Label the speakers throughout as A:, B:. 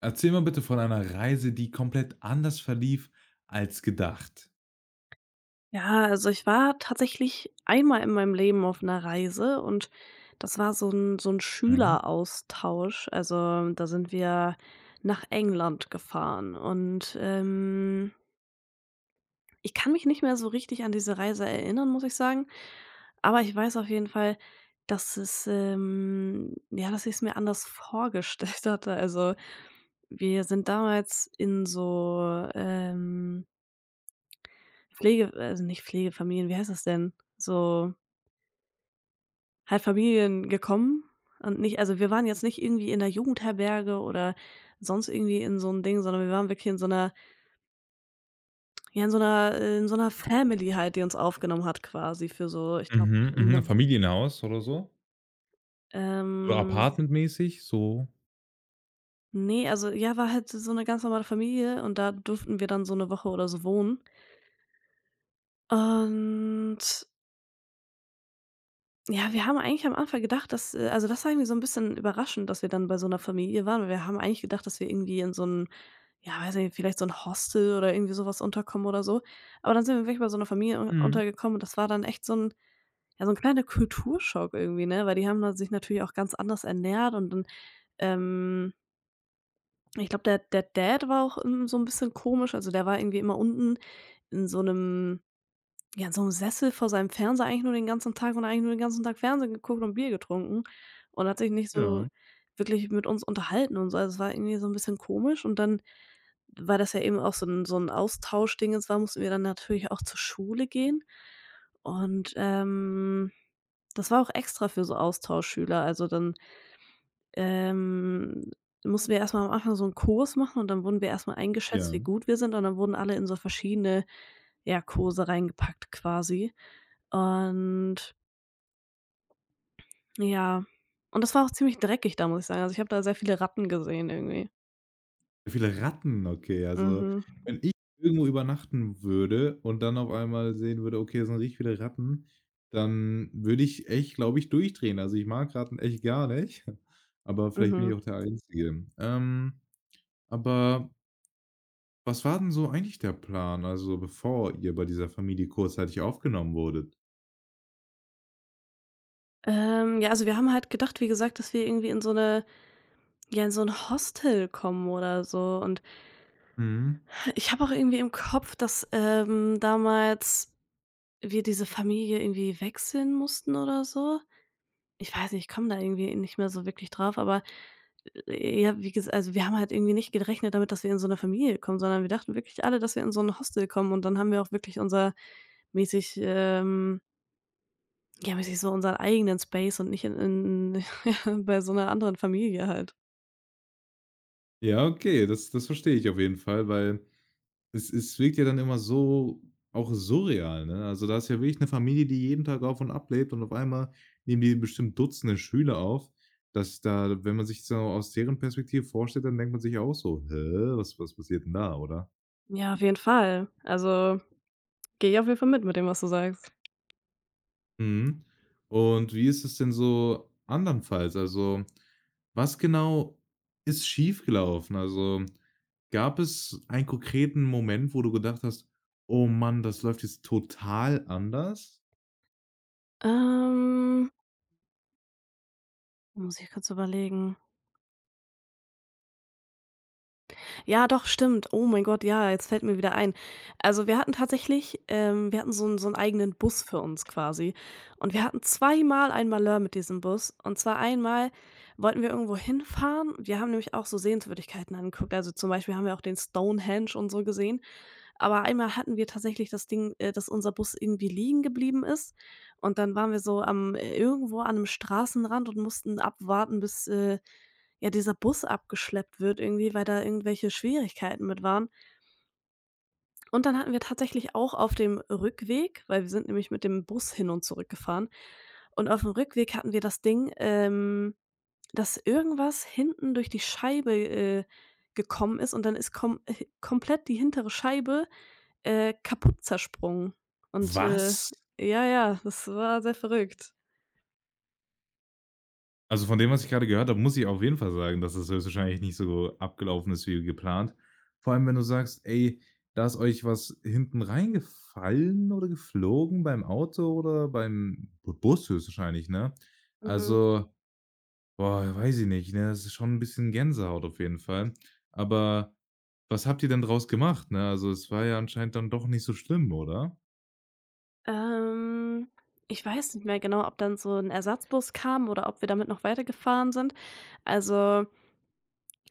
A: Erzähl mal bitte von einer Reise, die komplett anders verlief als gedacht.
B: Ja, also ich war tatsächlich einmal in meinem Leben auf einer Reise und das war so ein
A: Mhm.
B: Schüleraustausch. Also, da sind wir nach England gefahren und, ich kann mich nicht mehr so richtig an diese Reise erinnern, muss ich sagen. Aber ich weiß auf jeden Fall, ja, dass ich es mir anders vorgestellt hatte. Also, wir sind damals in so, Pflege also nicht Pflegefamilien, wie heißt das denn? So halt Familien gekommen und nicht also, wir waren jetzt nicht irgendwie in der Jugendherberge oder sonst irgendwie in so 'n Ding, sondern wir waren wirklich in so einer ja, in so einer Family halt, die uns aufgenommen hat quasi für so, ich glaube,
A: Mhm, mhm.
B: 'ne
A: Familienhaus oder so? So
B: ähm,
A: Apartmentmäßig, so?
B: ne, also, ja, war halt so eine ganz normale Familie und da durften wir dann so eine Woche oder so wohnen. Und ja, wir haben eigentlich am Anfang gedacht, dass also, das war irgendwie so ein bisschen überraschend, dass wir dann bei so einer Familie waren, weil wir haben eigentlich gedacht, dass wir irgendwie in so 'n ja, weiß nicht, vielleicht so 'n Hostel oder irgendwie so was unterkommen oder so. Aber dann sind wir wirklich bei so 'ner Familie un
A: Mhm.
B: untergekommen und das war dann echt so 'n ja, so 'n kleiner Kulturschock irgendwie, ne? Weil die haben da sich natürlich auch ganz anders ernährt und dann, ähm ich glaube, der Dad war auch, hm, so 'n bisschen komisch. Also, der war irgendwie immer unten in so 'nem ja, in so 'nem Sessel vor seinem Fernseher eigentlich nur den ganzen Tag und hat eigentlich nur den ganzen Tag Fernsehen geguckt und Bier getrunken und hat sich nicht so
A: Ja,
B: wirklich mit uns unterhalten und so. Also, es war irgendwie so 'n bisschen komisch und dann weil das ja eben auch so ein Austauschding jetzt war, mussten wir dann natürlich auch zur Schule gehen. Und, das war auch extra für so Austauschschüler. Also, dann, ähm, mussten wir erstmal am Anfang so einen Kurs machen und dann wurden wir erstmal eingeschätzt,
A: ja.
B: wie gut wir sind und dann wurden alle in so verschiedene, ja, Kurse reingepackt quasi. Und ja, und das war auch ziemlich dreckig da, muss ich sagen. Also, ich habe da sehr viele Ratten gesehen irgendwie.
A: Viele Ratten, okay. Also,
B: Mhm,
A: wenn ich irgendwo übernachten würde und dann auf einmal sehen würde, okay, es sind richtig viele Ratten, dann würde ich echt, glaube ich, durchdrehen. Also, ich mag Ratten echt gar nicht, aber vielleicht bin ich
B: mhm.
A: auch der Einzige. Aber was war denn so eigentlich der Plan, also bevor ihr bei dieser Familie kurzzeitig aufgenommen wurdet?
B: Ja, also wir haben halt gedacht, wie gesagt, dass wir irgendwie in so eine, ja, in so ein Hostel kommen oder so. Und
A: Mhm.
B: ich habe auch irgendwie im Kopf, dass, damals wir diese Familie irgendwie wechseln mussten oder so. Ich weiß nicht, ich komme da irgendwie nicht mehr so wirklich drauf, aber, ja, wie gesa also wir haben halt irgendwie nicht gerechnet damit, dass wir in so 'ne Familie kommen, sondern wir dachten wirklich alle, dass wir in so ein Hostel kommen. Und dann haben wir auch wirklich unser mäßig ja, mäßig so unseren eigenen Space und nicht in ja, bei so einer anderen Familie halt.
A: Ja, okay, das verstehe ich auf jeden Fall, weil es wirkt ja dann immer so auch surreal, ne? Also, da ist ja wirklich eine Familie, die jeden Tag auf und ab lebt und auf einmal nehmen die bestimmt Dutzende Schüler auf, dass da wenn man sich so aus deren Perspektive vorstellt, dann denkt man sich auch so: „Hä, was passiert denn da“, oder?
B: Ja, auf jeden Fall. Also, gehe ich auf jeden Fall mit dem, was du sagst.
A: Mhm. Und wie ist es denn so andernfalls? Also, was genau ist schiefgelaufen? Also, gab es einen konkreten Moment, wo du gedacht hast: „Oh Mann, das läuft jetzt total anders?“
B: Ähm, muss ich kurz überlegen. Ja, doch, stimmt. Oh mein Gott, ja, jetzt fällt mir wieder ein. Also, wir hatten tatsächlich wir hatten so 'n eigenen Bus für uns quasi. Und wir hatten zweimal ein Malheur mit diesem Bus. Und zwar einmal wollten wir irgendwo hinfahren. Wir haben nämlich auch so Sehenswürdigkeiten angeguckt. Also, zum Beispiel haben wir auch den Stonehenge und so gesehen. Aber einmal hatten wir tatsächlich das Ding, dass unser Bus irgendwie liegen geblieben ist und dann waren wir so am irgendwo an einem Straßenrand und mussten abwarten, bis, ja, dieser Bus abgeschleppt wird irgendwie, weil da irgendwelche Schwierigkeiten mit waren. Und dann hatten wir tatsächlich auch auf dem Rückweg weil wir sind nämlich mit dem Bus hin und zurück gefahren und auf dem Rückweg hatten wir das Ding, dass irgendwas hinten durch die Scheibe, gekommen ist und dann ist kom komplett die hintere Scheibe, kaputt zersprungen. Und,
A: Was?
B: ja, ja, das war sehr verrückt.
A: Also, von dem, was ich gerade gehört habe, muss ich auf jeden Fall sagen, dass das höchstwahrscheinlich nicht so abgelaufen ist wie geplant. Vor allem, wenn du sagst: „Ey, da ist euch was hinten reingefallen oder geflogen beim Auto oder beim Bu Bus höchstwahrscheinlich“, ne?
B: Mhm.
A: Also, boah, weiß ich nicht, ne? Das ist schon ein bisschen Gänsehaut auf jeden Fall. Aber was habt ihr denn draus gemacht, ne? Also, es war ja anscheinend dann doch nicht so schlimm, oder?
B: Ähm, ich weiß nicht mehr genau, ob dann so ein Ersatzbus kam oder ob wir damit noch weitergefahren sind. Also,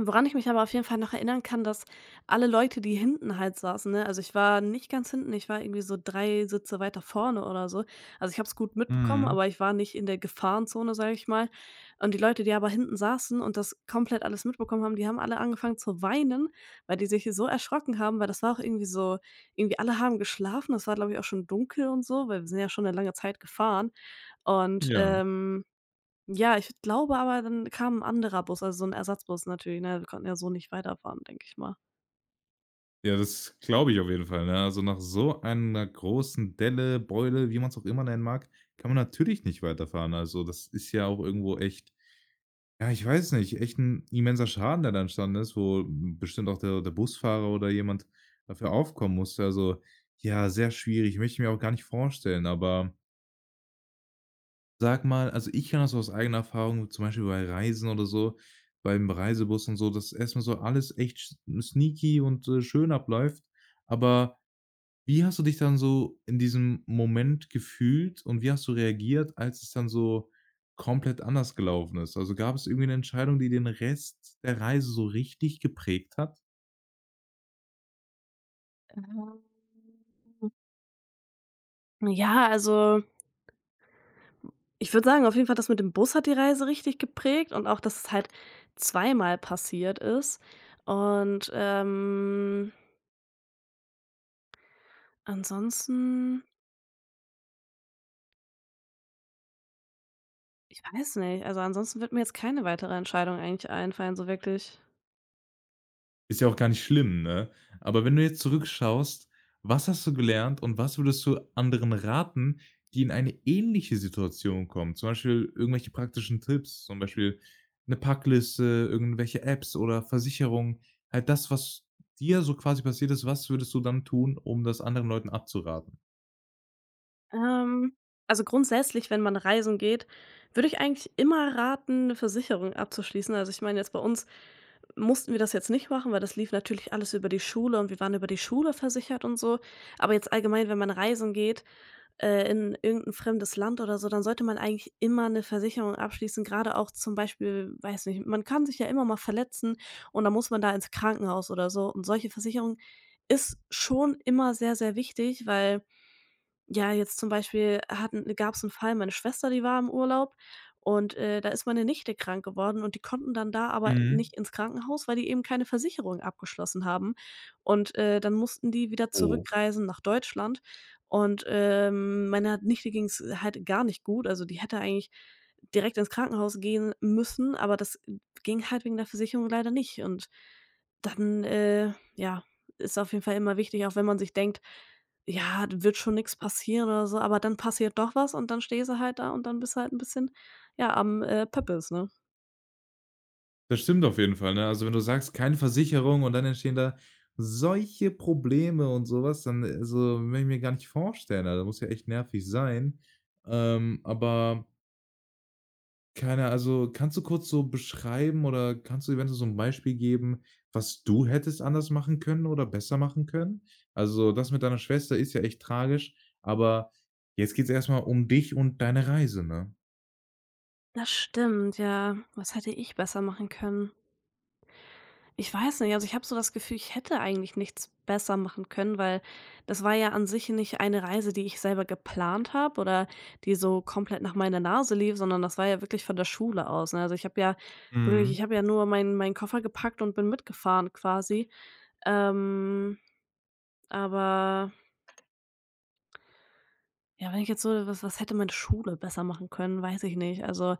B: woran ich mich aber auf jeden Fall noch erinnern kann, dass alle Leute, die hinten halt saßen, ne also ich war nicht ganz hinten, ich war irgendwie so 3 Sitze weiter vorne oder so. Also, ich habe es gut mitbekommen,
A: Mhm.
B: aber ich war nicht in der Gefahrenzone, sage ich mal. Und die Leute, die aber hinten saßen und das komplett alles mitbekommen haben, die haben alle angefangen zu weinen, weil die sich so erschrocken haben, weil das war auch irgendwie so irgendwie alle haben geschlafen. Das war, glaube ich, auch schon dunkel und so, weil wir sind ja schon eine lange Zeit gefahren und,
A: Ja.
B: ja, ich glaube aber, dann kam ein anderer Bus, also, so 'n Ersatzbus natürlich, ne? Wir konnten ja so nicht weiterfahren, denke ich mal.
A: Ja, das glaube ich auf jeden Fall, ne? Also, nach so einer großen Delle, Beule, wie man es auch immer nennen mag, kann man natürlich nicht weiterfahren. Also, das ist ja auch irgendwo echt ja, ich weiß nicht, echt ein immenser Schaden, der da entstanden ist, wo bestimmt auch der Busfahrer oder jemand dafür aufkommen musste. Also, ja, sehr schwierig, möchte ich mir auch gar nicht vorstellen. Aber sag mal, also, ich kann das aus eigener Erfahrung, zum Beispiel bei Reisen oder so, beim Reisebus und so, dass erstmal so alles echt sch sneaky und schön abläuft, aber wie hast du dich dann so in diesem Moment gefühlt und wie hast du reagiert, als es dann so komplett anders gelaufen ist? Also, gab es irgendwie 'ne Entscheidung, die den Rest der Reise so richtig geprägt hat?
B: Mhm. Ja, also, ich würde sagen, auf jeden Fall das mit dem Bus hat die Reise richtig geprägt und auch, dass es halt zweimal passiert ist. Und, ansonsten ich weiß nicht. Also, ansonsten wird mir jetzt keine weitere Entscheidung eigentlich einfallen, so wirklich.
A: Ist ja auch gar nicht schlimm, ne? Aber wenn du jetzt zurückschaust, was hast du gelernt und was würdest du anderen raten, die in eine ähnliche Situation kommen? Zum Beispiel irgendwelche praktischen Tipps, zum Beispiel eine Packliste, irgendwelche Apps oder Versicherungen. Halt das, was dir so quasi passiert ist, was würdest du dann tun, um das anderen Leuten abzuraten?
B: Ähm, also grundsätzlich, wenn man reisen geht, würde ich eigentlich immer raten, eine Versicherung abzuschließen. Also, ich meine jetzt bei uns mussten wir das jetzt nicht machen, weil das lief natürlich alles über die Schule und wir waren über die Schule versichert und so. Aber jetzt allgemein, wenn man reisen geht, in irgendein fremdes Land oder so, dann sollte man eigentlich immer eine Versicherung abschließen. Gerade auch zum Beispiel, weiß nicht, man kann sich ja immer mal verletzen und dann muss man da ins Krankenhaus oder so. Und solche Versicherung ist schon immer sehr, sehr wichtig, weil ja, jetzt zum Beispiel gab es einen Fall, meine Schwester, die war im Urlaub und, da ist meine Nichte krank geworden und die konnten dann da aber
A: Mhm.
B: nicht ins Krankenhaus, weil die eben keine Versicherung abgeschlossen haben. Und, dann mussten die wieder
A: Oh.
B: zurückreisen nach Deutschland und, meiner Nichte ging's halt gar nicht gut. Also, die hätte eigentlich direkt ins Krankenhaus gehen müssen, aber das ging halt wegen der Versicherung leider nicht. Und dann, ja, ist auf jeden Fall immer wichtig, auch wenn man sich denkt ja, wird schon nichts passieren oder so, aber dann passiert doch was und dann stehst du halt da und dann bist du halt ein bisschen, ja, am, Pöppels, ne?
A: Das stimmt auf jeden Fall, ne? Also, wenn du sagst, keine Versicherung und dann entstehen da solche Probleme und sowas, dann also, will ich mir gar nicht vorstellen. Also, das muss ja echt nervig sein. Aber keine also, kannst du kurz so beschreiben oder kannst du eventuell so ein Beispiel geben, was du hättest anders machen können oder besser machen können? Also, das mit deiner Schwester ist ja echt tragisch, aber jetzt geht's erst mal um dich und deine Reise, ne?
B: Das stimmt, ja. Was hätte ich besser machen können? Ich weiß nicht, also, ich habe so das Gefühl, ich hätte eigentlich nichts besser machen können, weil das war ja an sich nicht eine Reise, die ich selber geplant habe oder die so komplett nach meiner Nase lief, sondern das war ja wirklich von der Schule aus, ne? Also, ich habe ja wirklich
A: Mhm.
B: ich habe ja nur meinen Koffer gepackt und bin mitgefahren quasi. Ähm, aber ja, wenn ich jetzt so was hätte meine Schule besser machen können, weiß ich nicht. Also,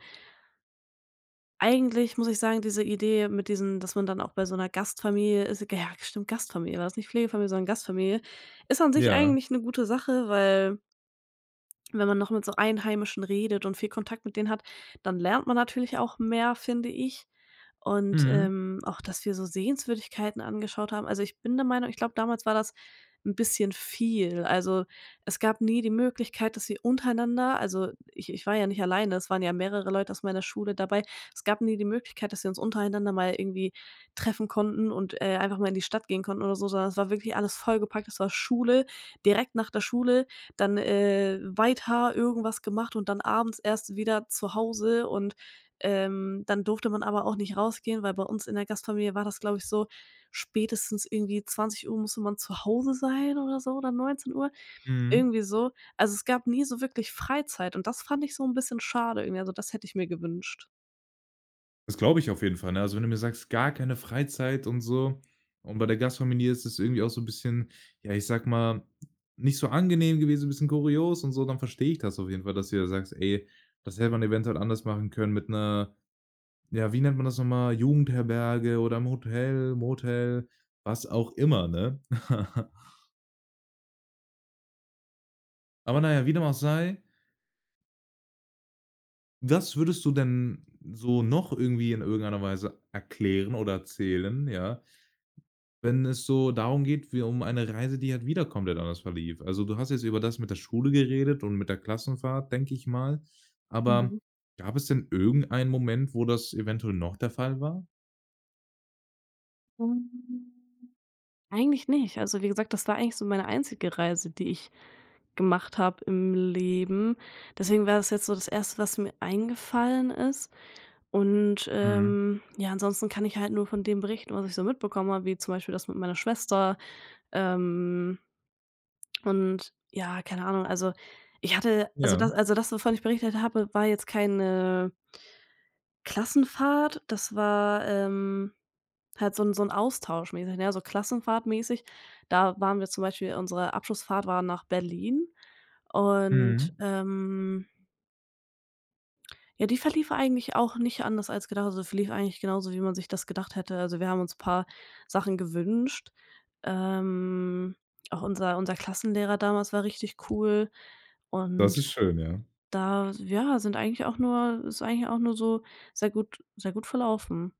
B: eigentlich muss ich sagen, diese Idee mit diesen dass man dann auch bei so einer Gastfamilie ist ja, ja, stimmt, Gastfamilie war das, nicht Pflegefamilie, sondern Gastfamilie, ist an sich
A: Ja.
B: eigentlich eine gute Sache, weil wenn man noch mit so Einheimischen redet und viel Kontakt mit denen hat, dann lernt man natürlich auch mehr, finde ich und,
A: Mhm.
B: auch, dass wir so Sehenswürdigkeiten angeschaut haben. Also, ich bin der Meinung, ich glaube, damals war das ein bisschen viel. Also, es gab nie die Möglichkeit, dass wir untereinander also, ich war ja nicht alleine, es waren ja mehrere Leute aus meiner Schule dabei. Es gab nie die Möglichkeit, dass wir uns untereinander mal irgendwie treffen konnten und, einfach mal in die Stadt gehen konnten oder so, sondern es war wirklich alles vollgepackt. Es war Schule, direkt nach der Schule, dann, weiter irgendwas gemacht und dann abends erst wieder zu Hause und dann durfte man aber auch nicht rausgehen, weil bei uns in der Gastfamilie war das, glaube ich, so, spätestens irgendwie 20 Uhr musste man zu Hause sein oder so oder 19 Uhr
A: Mhm.
B: irgendwie so. Also, es gab nie so wirklich Freizeit und das fand ich so ein bisschen schade irgendwie. Also, das hätte ich mir gewünscht.
A: Das glaube ich auf jeden Fall, ne? Also, wenn du mir sagst, gar keine Freizeit und so und bei der Gastfamilie ist es irgendwie auch so ein bisschen, ja, ich sag mal, nicht so angenehm gewesen, ein bisschen kurios und so, dann verstehe ich das auf jeden Fall, dass du da sagst: „Ey, das hätte man eventuell anders machen können mit einer, ja, wie nennt man das noch mal, Jugendherberge oder im Hotel, Motel, was auch immer, ne? Aber na ja, wie dem auch sei, was würdest du denn so noch irgendwie in irgendeiner Weise erklären oder erzählen, ja, wenn es so darum geht wie um eine Reise, die halt wieder komplett anders verlief. Also, du hast jetzt über das mit der Schule geredet und mit der Klassenfahrt, denke ich mal. Aber gab es denn irgendeinen Moment, wo das eventuell noch der Fall war?
B: Eigentlich nicht. Also, wie gesagt, das war eigentlich so meine einzige Reise, die ich gemacht habe im Leben. Deswegen war das jetzt so das erste, was mir eingefallen ist. Und,
A: Mhm.
B: ja, ansonsten kann ich halt nur von dem berichten, was ich so mitbekommen habe, wie zum Beispiel das mit meiner Schwester. Ähm, und ja, keine Ahnung, also ich hatte
A: Ja.
B: also das, wovon ich berichtet habe, war jetzt keine Klassenfahrt, das war, halt so ein Austausch mäßig, ne, so klassenfahrtmäßig. Da waren wir zum Beispiel unsere Abschlussfahrt war nach Berlin und,
A: Mhm.
B: ja, die verlief eigentlich auch nicht anders als gedacht. Also, verlief eigentlich genauso, wie man sich das gedacht hätte. Also, wir haben uns paar Sachen gewünscht. Ähm, auch unser Klassenlehrer damals war richtig cool
A: Das
B: und
A: ist schön, ja.
B: da, ja, sind eigentlich auch nur ist eigentlich auch nur so sehr gut verlaufen.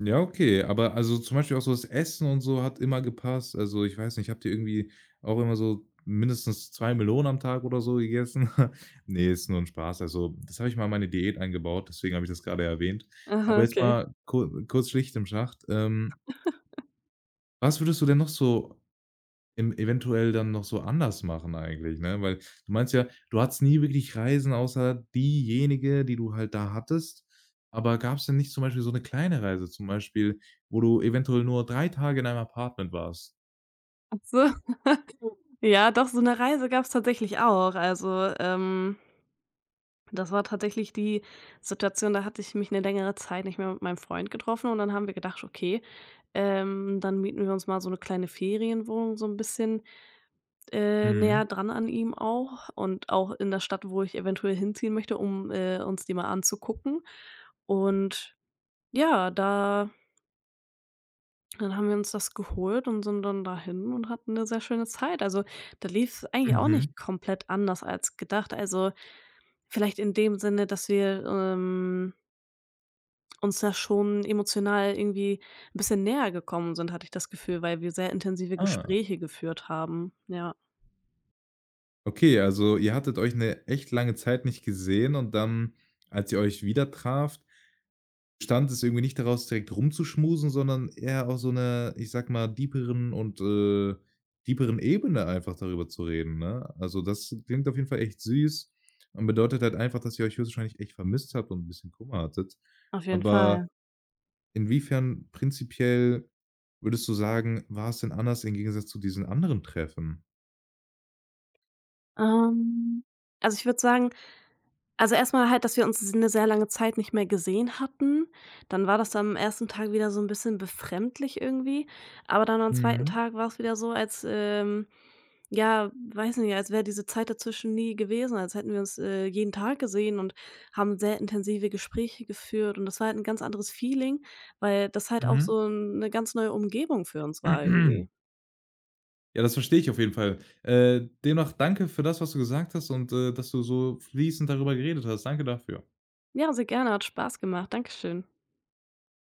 A: Ja, okay, aber also zum Beispiel auch so das Essen und so hat immer gepasst. Also, ich weiß nicht, habt ihr irgendwie auch immer so mindestens 2 Melonen am Tag oder so gegessen? Nee, ist nur ein Spaß. Also, das habe ich mal in meine Diät eingebaut, deswegen habe ich das gerade erwähnt.
B: Aha,
A: Aber jetzt
B: okay.
A: mal ku kurz Schicht im Schacht. Was würdest du denn noch so eventuell dann noch so anders machen eigentlich, ne? Weil du meinst ja, du hattest nie wirklich Reisen außer diejenige, die du halt da hattest. Aber gab es denn nicht zum Beispiel so eine kleine Reise, zum Beispiel, wo du eventuell nur 3 Tage in einem Apartment warst?
B: Ach so. Ja, doch, so eine Reise gab's tatsächlich auch. Also, das war tatsächlich die Situation, da hatte ich mich eine längere Zeit nicht mehr mit meinem Freund getroffen und dann haben wir gedacht: „Okay, dann mieten wir uns mal so eine kleine Ferienwohnung so ein bisschen,
A: Mhm,
B: näher dran an ihm auch und auch in der Stadt, wo ich eventuell hinziehen möchte, um, uns die mal anzugucken.“ Und ja, da dann haben wir uns das geholt und sind dann dahin und hatten eine sehr schöne Zeit. Also, da lief's eigentlich auch
A: mhm.
B: nicht komplett anders als gedacht. Also, vielleicht in dem Sinne, dass wir, uns da schon emotional irgendwie ein bisschen näher gekommen sind, hatte ich das Gefühl, weil wir sehr intensive
A: Ah,
B: Gespräche geführt haben. Ja,
A: okay, also ihr hattet euch eine echt lange Zeit nicht gesehen und dann, als ihr euch wieder trafft, Stand ist irgendwie nicht daraus, direkt rumzuschmusen, sondern eher auf so 'ner, ich sage mal, deeperen und deeperen Ebene einfach darüber zu reden, ne? Also, das klingt auf jeden Fall echt süß und bedeutet halt einfach, dass ihr euch höchstwahrscheinlich echt vermisst habt und 'n bisschen Kummer hattet.
B: auf jeden Fall.
A: Aber inwiefern prinzipiell würdest du sagen, war es denn anders im Gegensatz zu diesen anderen Treffen?
B: Ähm, also, ich würde sagen, also, erstmal halt, dass wir uns 'ne sehr lange Zeit nicht mehr gesehen hatten. Dann war das am ersten Tag wieder so ein bisschen befremdlich irgendwie. Aber dann am zweiten
A: Mhm,
B: Tag war es wieder so, als, ja, weiß nicht, als wäre diese Zeit dazwischen nie gewesen, als hätten wir uns, jeden Tag gesehen und haben sehr intensive Gespräche geführt. Und das war halt ein ganz anderes Feeling, weil das halt auch so eine ganz neue Umgebung für uns war
A: mhm.
B: irgendwie.
A: Ja, das verstehe ich auf jeden Fall. Demnach danke für das, was du gesagt hast und dass du so fließend darüber geredet hast. Danke dafür.
B: Ja, sehr gerne, hat Spaß gemacht. Dankeschön.